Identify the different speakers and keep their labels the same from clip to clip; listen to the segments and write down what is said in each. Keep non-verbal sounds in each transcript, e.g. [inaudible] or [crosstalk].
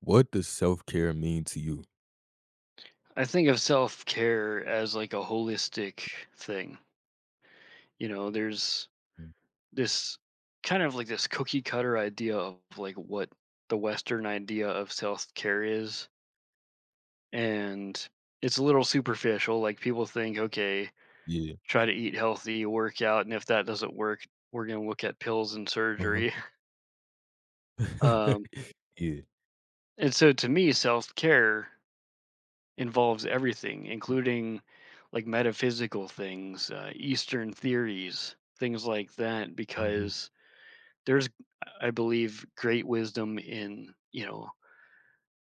Speaker 1: What does self-care mean to you?
Speaker 2: I think of self care as like a holistic thing. You know, there's
Speaker 1: Mm,
Speaker 2: this kind of like this cookie cutter idea of like what the Western idea of self care is. And it's a little superficial. Like people think, okay,
Speaker 1: yeah,
Speaker 2: try to eat healthy, work out. And if that doesn't work, we're going to look at pills and
Speaker 1: uh-huh.
Speaker 2: surgery. [laughs] Um,
Speaker 1: [laughs] Yeah,
Speaker 2: and so to me, self care involves everything, including like metaphysical things, Eastern theories, things like that,
Speaker 1: mhm,
Speaker 2: because there's, I believe, great wisdom in, you know,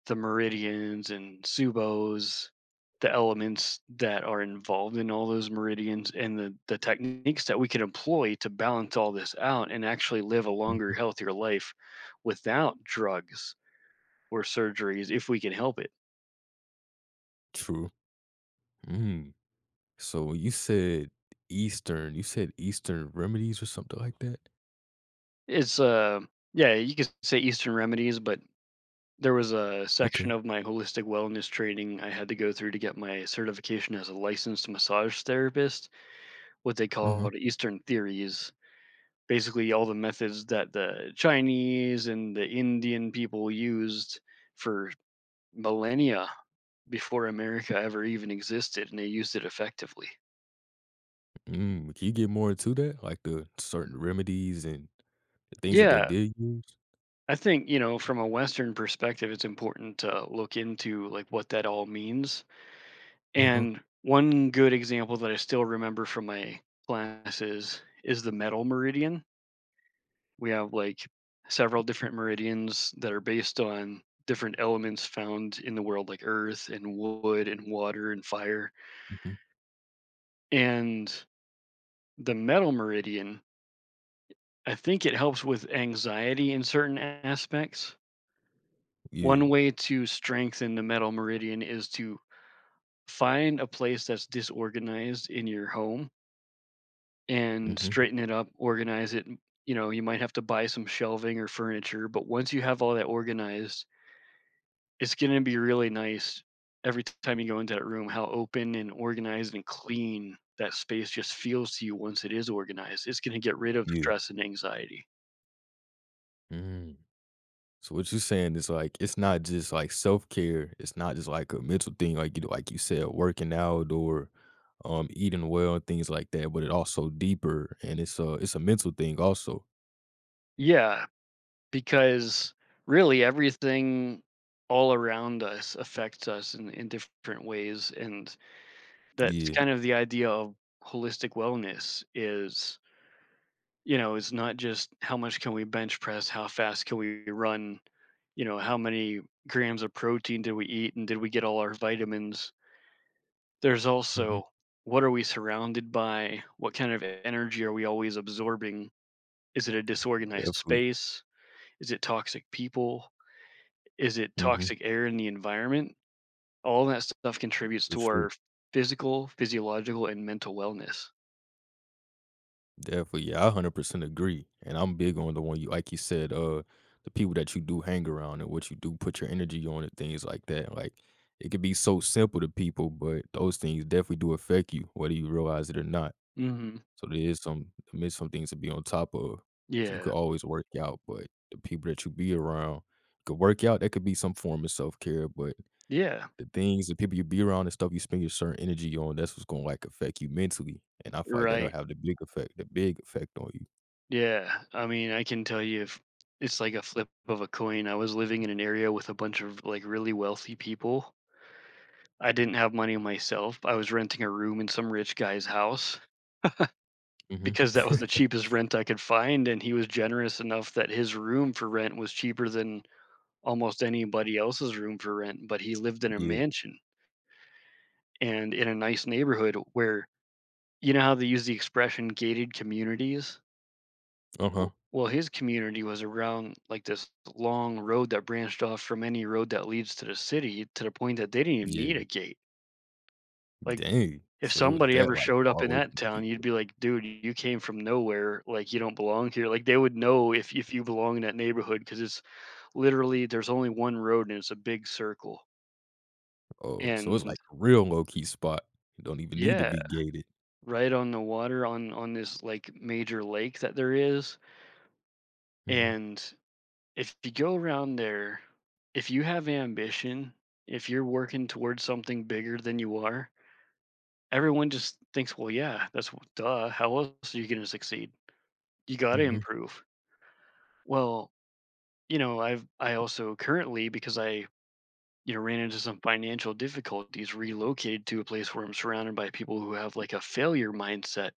Speaker 2: the meridians and subos, the elements that are involved in all those meridians and the techniques that we can employ to balance all this out and actually live a longer,
Speaker 1: mhm,
Speaker 2: healthier life without drugs or surgeries if we can help it.
Speaker 1: true. Mm, so when you said Eastern remedies or something like that?
Speaker 2: It's, uh yeah, you could say Eastern remedies, but there was a
Speaker 1: Okay,
Speaker 2: section of my holistic wellness training I had to go through to get my certification as a licensed massage therapist, what they
Speaker 1: uh-huh.
Speaker 2: called Eastern theories. Basically, all the methods that the Chinese and the Indian people used for millennia before America ever even existed, and they used it effectively.
Speaker 1: Mm, can you get more into that? Like the certain remedies and the things that they
Speaker 2: Yeah,
Speaker 1: did use?
Speaker 2: I think, you know, from a Western perspective, it's important to look into like what that all means.
Speaker 1: Uh-huh,
Speaker 2: And one good example that I still remember from my classes is the metal meridian. We have like several different meridians that are based on different elements found in the world, like earth and wood and water and fire.
Speaker 1: mhm,
Speaker 2: And the metal meridian, I think it helps with anxiety in certain aspects.
Speaker 1: yeah,
Speaker 2: One way to strengthen the metal meridian is to find a place that's disorganized in your home and
Speaker 1: mhm,
Speaker 2: straighten it up, organize it. And you might have to buy some shelving or furniture, but once you have all that organized, it's going to be really nice every time you go into that room how open and organized and clean that space just feels to you once it is organized. It's going to get rid of
Speaker 1: yeah,
Speaker 2: stress and anxiety.
Speaker 1: mm. So what you're saying is it's not just like self care. It's not just like a mental thing, like you said, working out or eating well and things like that. But it also deeper, and it's a mental thing also.
Speaker 2: Yeah, because really everything all around us affects us in different ways. And that's
Speaker 1: Yeah,
Speaker 2: kind of the idea of holistic wellness is, you know, it's not just how much can we bench press, how fast can we run, you know, how many grams of protein did we eat and did we get all our vitamins? There's
Speaker 1: hmm,
Speaker 2: also what are we surrounded by? What kind of energy are we always absorbing? Is it a disorganized
Speaker 1: definitely,
Speaker 2: space? Is it toxic people? Is it
Speaker 1: hmm,
Speaker 2: toxic air in the environment? All that stuff contributes
Speaker 1: for
Speaker 2: to
Speaker 1: sure,
Speaker 2: our physical, physiological, and mental wellness.
Speaker 1: definitely. Yeah, I 100% agree, and I'm big on the one you like you said, the people that you do hang around and what you do put your energy on and things like that. Like it could be so simple to people, but those things definitely do affect you, whether you realize it or not.
Speaker 2: Hmm.
Speaker 1: So there is some things to be on top of. So you
Speaker 2: Yeah.
Speaker 1: could always work out, but the people that you be around could work out, that could be some form of self-care, but
Speaker 2: Yeah.
Speaker 1: the things, the people you be around and stuff you spend your certain energy on, that's what's gonna, like, affect you mentally, and I feel like that'll
Speaker 2: Right.
Speaker 1: have the big effect on you.
Speaker 2: Yeah, I mean, I can tell you if it's like a flip of a coin. I was living in an area with a bunch of like really wealthy people. I didn't have money myself. I was renting a room in some rich guy's house
Speaker 1: Mhm.
Speaker 2: because that was the
Speaker 1: [laughs]
Speaker 2: cheapest rent I could find. And he was generous enough that his room for rent was cheaper than almost anybody else's room for rent. But he lived in a
Speaker 1: Yeah.
Speaker 2: mansion and in a nice neighborhood where, you know, how they use the expression gated communities?
Speaker 1: Uh-huh.
Speaker 2: W well, his community was around, like, this long road that branched off from any road that leads to the city to the point that they didn't even need a
Speaker 1: Yeah.
Speaker 2: gate. Like,
Speaker 1: Dang.
Speaker 2: if
Speaker 1: So it was
Speaker 2: somebody
Speaker 1: that,
Speaker 2: ever
Speaker 1: like,
Speaker 2: showed
Speaker 1: far
Speaker 2: up in
Speaker 1: away
Speaker 2: that
Speaker 1: from the
Speaker 2: town, you'd
Speaker 1: people.
Speaker 2: be like, "Dude, you came from nowhere, like, you don't belong here." Like, they would know if you belong in that neighborhood because it's literally there's only one road and it's a big circle.
Speaker 1: Oh, so it's,
Speaker 2: And
Speaker 1: like, a real low-key spot. You don't even need to
Speaker 2: yeah,
Speaker 1: be gated.
Speaker 2: right on the water on this, like, major lake that there is,
Speaker 1: Mhm.
Speaker 2: and if you go around there, if you have ambition, if you're working towards something bigger than you are, everyone just thinks, well, yeah, that's duh. How else are you going to succeed? You got to
Speaker 1: Mhm.
Speaker 2: improve. Well, you know, I also currently, because I, you know, ran into some financial difficulties, relocated to a place where I'm surrounded by people who have like a failure mindset.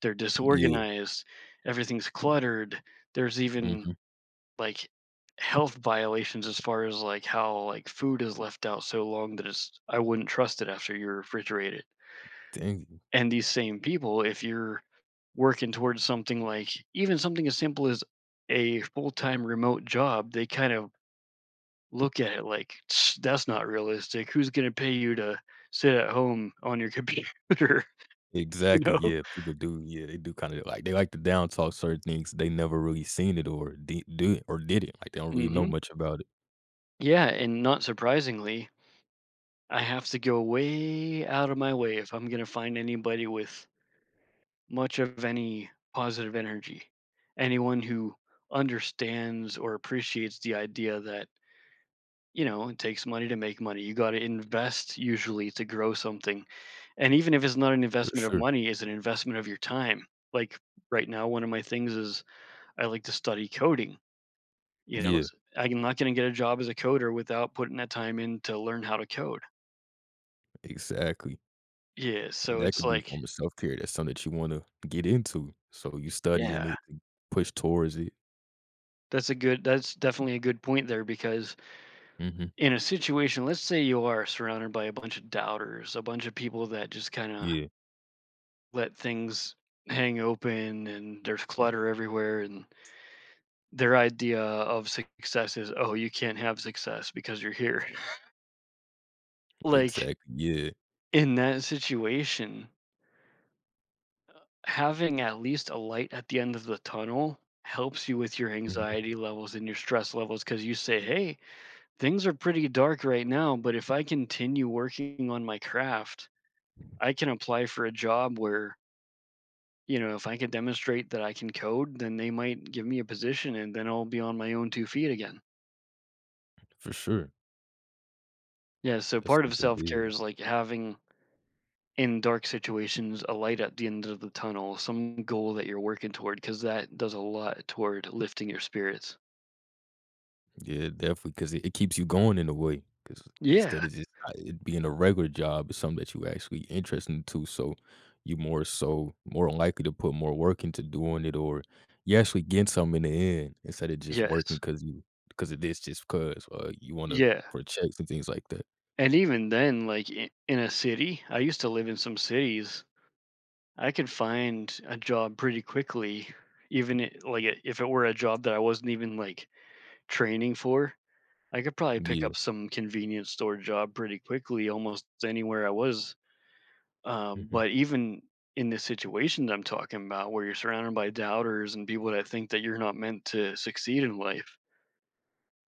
Speaker 2: They're
Speaker 1: Yeah.
Speaker 2: disorganized, everything's cluttered. There's even
Speaker 1: Mhm.
Speaker 2: like health violations as far as like how like food is left out so long that it's I wouldn't trust it after you refrigerate it.
Speaker 1: Dang.
Speaker 2: And these same people, if you're working towards something like even something as simple as a full-time remote job, they kind of look at it like, "Tch, that's not realistic. Who's going to pay you to sit at home on your computer, [laughs] you
Speaker 1: Exactly,
Speaker 2: know?"
Speaker 1: yeah, people do, yeah, they do kinda like they like to down talk certain things they never really seen it or did it, like, they don't really know
Speaker 2: Mhm.
Speaker 1: much about it,
Speaker 2: Yeah, and not surprisingly, I have to go way out of my way if I'm going to find anybody with much of any positive energy. Anyone who understands or appreciates the idea that, you know, it takes money to make money. You got to invest usually to grow something. And even if it's not an
Speaker 1: for
Speaker 2: investment of
Speaker 1: sure.
Speaker 2: money, it's an investment of your time. Like right now, one of my things is I like to study coding. You know,
Speaker 1: Yeah,
Speaker 2: I'm not going to get a job as a coder without putting that time in to learn how to code.
Speaker 1: exactly,
Speaker 2: Yeah.
Speaker 1: and
Speaker 2: So
Speaker 1: that
Speaker 2: it's
Speaker 1: could be a
Speaker 2: like,
Speaker 1: form of self-care, that's something that you wanna get into, so you studying
Speaker 2: yeah,
Speaker 1: it and push towards it.
Speaker 2: that's definitely a good point there because
Speaker 1: Mhm,
Speaker 2: in a situation, let's say you are surrounded by a bunch of doubters, a bunch of people that just kind of
Speaker 1: yeah,
Speaker 2: let things hang open and there's clutter everywhere and their idea of success is, oh, you can't have success because you're here, [laughs] like
Speaker 1: exactly, yeah,
Speaker 2: in that situation, having at least a light at the end of the tunnel helps you with your
Speaker 1: mhm,
Speaker 2: anxiety levels and your stress levels cuz you say, hey, things are pretty dark right now, but if I continue working on my craft, I can apply for a job where, you know, if I can demonstrate that I can code, then they might give me a position and then I'll be on my own two feet again.
Speaker 1: for sure,
Speaker 2: Yeah. So
Speaker 1: that's
Speaker 2: part of
Speaker 1: something
Speaker 2: self care
Speaker 1: big.
Speaker 2: is like having, in dark situations, a light at the end of the tunnel, some goal that you're working toward, because that does a lot toward lifting your spirits.
Speaker 1: Yeah, definitely, 'cause it keeps you going in a way. Because
Speaker 2: Yeah.
Speaker 1: instead of just, it being a regular job, it's something that you actually interested into, so you more so more likely to put more work into doing it, or you actually get something in the end instead of just working
Speaker 2: Yes.
Speaker 1: because you because of this just 'cause, you wanna
Speaker 2: Yeah.
Speaker 1: for checks and things like that.
Speaker 2: And even then, like in a city, I used to live in some cities, I could find a job pretty quickly, even if it were a job that I wasn't even like training for. I could probably pick
Speaker 1: Yeah.
Speaker 2: up some convenience store job pretty quickly almost anywhere I was. Um,
Speaker 1: Mhm,
Speaker 2: but even in the situations I'm talking about where you're surrounded by doubters and people that think that you're not meant to succeed in life,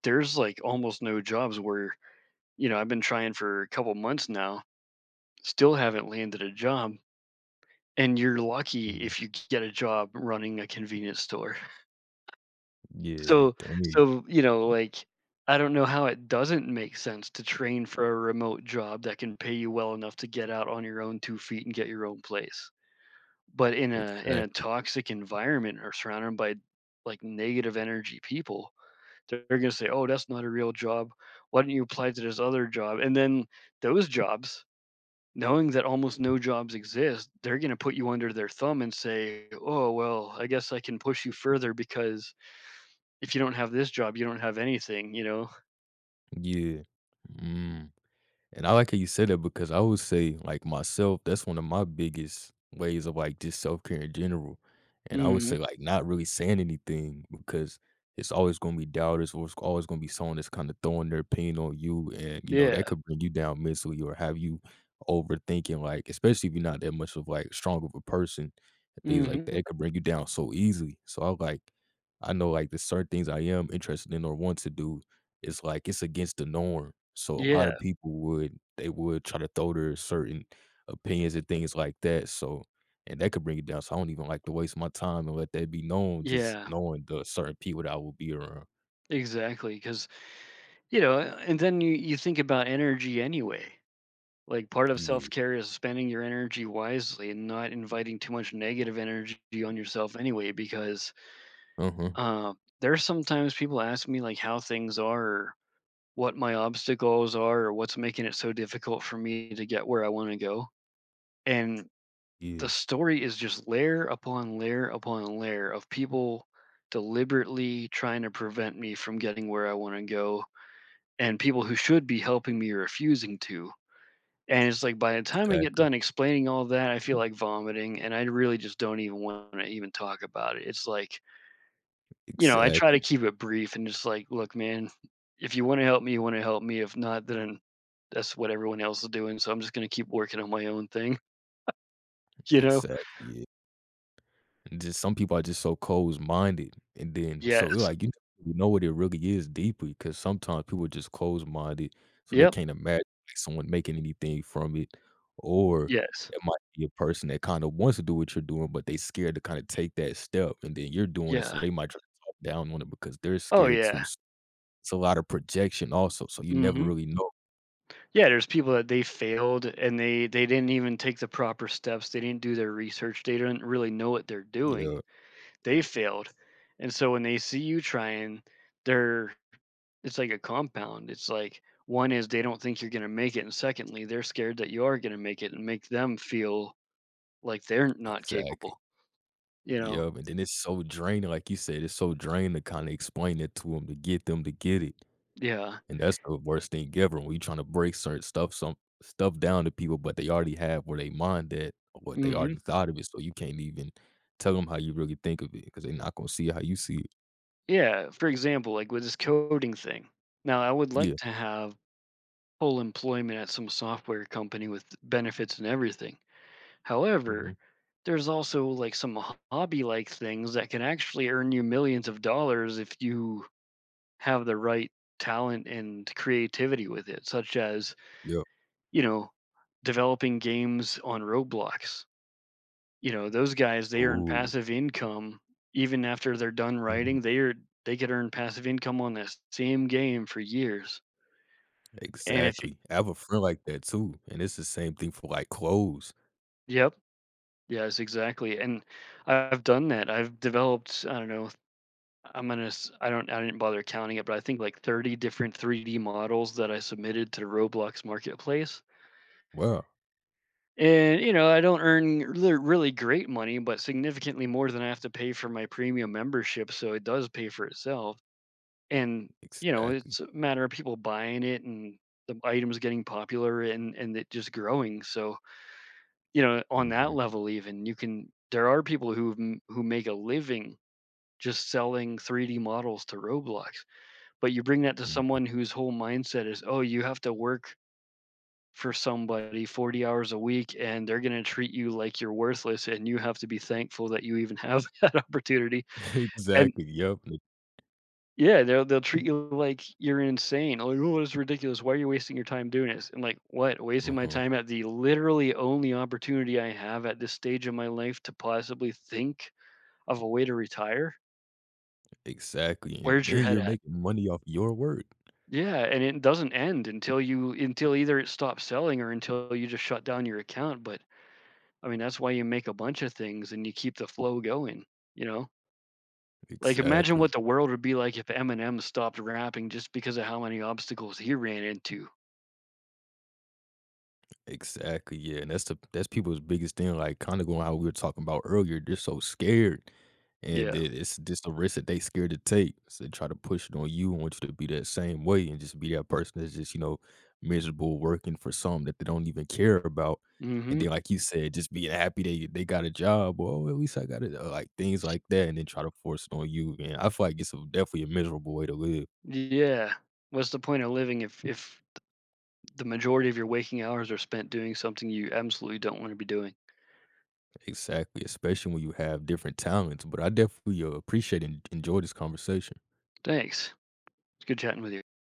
Speaker 2: there's like almost no jobs where, you know, I've been trying for a couple months now, still haven't landed a job. And you're lucky
Speaker 1: mhm.
Speaker 2: if you get a job running a convenience store.
Speaker 1: Yeah,
Speaker 2: So
Speaker 1: dang.
Speaker 2: so, you know, like, I don't know how it doesn't make sense to train for a remote job that can pay you well enough to get out on your own two feet and get your own place. But in a
Speaker 1: Exactly.
Speaker 2: toxic environment or surrounded by, like, negative energy people, they're gonna say, "Oh, that's not a real job. Why don't you apply to this other job?" And then those jobs, knowing that almost no jobs exist, they're gonna put you under their thumb and say, "Oh, well, I guess I can push you further because if you don't have this job, you don't have anything, you know?"
Speaker 1: Yeah. Mm. And I like how you said that because I would say, like myself, that's one of my biggest ways of like just self care in general. And I would say,
Speaker 2: Mhm.
Speaker 1: like, not really saying anything because it's always going to be doubters or it's always going to be someone that's kind of throwing their pain on you. And, you know, that
Speaker 2: Yeah.
Speaker 1: could bring you down mentally or have you overthinking, like, especially if you're not that much of like strong of a person and things like that.
Speaker 2: Mhm.
Speaker 1: It could bring you down so easily. So I like, I know like there's certain things I am interested in or want to do it's like it's against the norm. So a lot
Speaker 2: Yeah.
Speaker 1: of people would they would try to throw their certain opinions and things like that. So and that could bring it down. So I don't even like to waste my time and let that be known, just
Speaker 2: Yeah.
Speaker 1: knowing the certain people that I will be around.
Speaker 2: Exactly. Because, you know, and then you think about energy anyway. Like, part of
Speaker 1: Yeah.
Speaker 2: self-care is spending your energy wisely and not inviting too much negative energy on yourself anyway because,
Speaker 1: Uh-huh.
Speaker 2: uh, there's sometimes people ask me, like, how things are or what my obstacles are or what's making it so difficult for me to get where I wanna go, and
Speaker 1: Yeah.
Speaker 2: the story is just layer upon layer upon layer of people deliberately trying to prevent me from getting where I want to go and people who should be helping me refusing to. And it's like by the time I get
Speaker 1: Exactly.
Speaker 2: done explaining all that, I feel like vomiting and I really just don't even want to even talk about it. It's like, you know, I try
Speaker 1: Exactly.
Speaker 2: to keep it brief and just like, look, man, if you want to help me, you want to help me. If not, then that's what everyone else is doing. So I'm just going to keep working on my own thing, [laughs] you know?
Speaker 1: Exactly. Yeah. And just some people are just so closed-minded, and then so you're
Speaker 2: Yes.
Speaker 1: like, you know what it really is deeply because sometimes people are just closed-minded, so they
Speaker 2: Yep.
Speaker 1: can't imagine, like, someone making anything from it, or
Speaker 2: Yes.
Speaker 1: it might be a person that kinda wants to do what you're doing, but they scared to kinda take that step, and then you're doing it, so
Speaker 2: Yeah.
Speaker 1: they might try to talk down on it because they're
Speaker 2: Oh,
Speaker 1: scared too,
Speaker 2: yeah.
Speaker 1: s it's a lot of projection also, so you never
Speaker 2: Mhm.
Speaker 1: really know.
Speaker 2: Yeah, there's people that they failed and they didn't even take the proper steps. They didn't do their research. They didn't really know what they're doing.
Speaker 1: Yeah,
Speaker 2: They failed. And so when they see you trying, they're it's like a compound. It's like, one is they don't think you're going to make it, and secondly, they're scared that you are going to make it and make them feel like they're not
Speaker 1: exactly.
Speaker 2: capable, you know?
Speaker 1: Yup, and then it's so draining, like you said, it's so draining to kinda explain it to them to get it.
Speaker 2: Yeah.
Speaker 1: And that's the worst thing ever when you are trying to break certain stuff some stuff down to people, but they already have where they mind at what they
Speaker 2: Mhm.
Speaker 1: already thought of it, so you can't even tell them how you really think of it because they are not gonna see it how you see it.
Speaker 2: Yeah, for example, like with this coding thing. Now, I would like
Speaker 1: Yeah.
Speaker 2: to have full employment at some software company with benefits and everything. However,
Speaker 1: Mhm.
Speaker 2: there's also like some hobby like things that can actually earn you millions of dollars if you have the right talent and creativity with it, such as,
Speaker 1: Yep.
Speaker 2: you know, developing games on Roblox. You know, those guys, they earn
Speaker 1: Ooh.
Speaker 2: passive income even after they're done
Speaker 1: Mhm.
Speaker 2: writing, they could earn passive income on that same game for years. And if
Speaker 1: Exactly. I have a friend like that too, and it's the same thing for, like, clothes.
Speaker 2: yep, Yes, exactly, and I've done that. I've developed, I don't know, I'm gonna s I don't I didn't bother counting it, but I think like 30 different 3D models that I submitted to Roblox Marketplace.
Speaker 1: Wow.
Speaker 2: And, you know, I don't earn really really great money, but significantly more than I have to pay for my premium membership, so it does pay for itself. And, you know,
Speaker 1: Exactly.
Speaker 2: it's a matter of people buying it and the items getting popular, and it just growing. So, you know, on that
Speaker 1: Mhm.
Speaker 2: level even, you can there are people who make a living just selling 3D models to Roblox. But you bring that to
Speaker 1: Mhm.
Speaker 2: someone whose whole mindset is, "Oh, you have to work for somebody 40 hours a week, and they're gonna treat you like you're worthless, and you have to be thankful that you even have [laughs] that opportunity."
Speaker 1: [laughs]
Speaker 2: And
Speaker 1: Exactly. Yep.
Speaker 2: yeah, they'll treat you like you're insane. Like, "Oh, no, it's ridiculous. Why are you wasting your time doing this?" And like, "What? Wasting my
Speaker 1: Uh-huh.
Speaker 2: time at the literally only opportunity I have at this stage of my life to possibly think of a way to retire?
Speaker 1: Exactly, and
Speaker 2: Where's your
Speaker 1: then
Speaker 2: head
Speaker 1: you're
Speaker 2: at?"
Speaker 1: making money off your work.
Speaker 2: Yeah, and it doesn't end until either it stops selling or until you just shut down your account, but, I mean, that's why you make a bunch of things and you keep the flow going, you know? Like, imagine what
Speaker 1: Exactly.
Speaker 2: the world would be like if Eminem stopped rapping just because of how many obstacles he ran into.
Speaker 1: Exactly, yeah, and that's people's biggest thing, like, kinda going how we were talking about earlier, they're so scared, and
Speaker 2: Yeah.
Speaker 1: it's just the risk that they scared to take, so they try to push it on you and want you to be that same way and just be that person that's just, you know, miserable working for something that they don't even care about, and
Speaker 2: Mhm.
Speaker 1: then, like you said, just being happy they got a job, "Well, at least I got it," like, things like that, and then try to force it on you, and I feel like it's a definitely a miserable way to live.
Speaker 2: Yeah. What's the point of living if the majority of your waking hours are spent doing something you absolutely don't wanna be doing?
Speaker 1: Exactly, especially when you have different talents, but I definitely, appreciate and enjoy this conversation.
Speaker 2: Thanks. It's good chatting with you.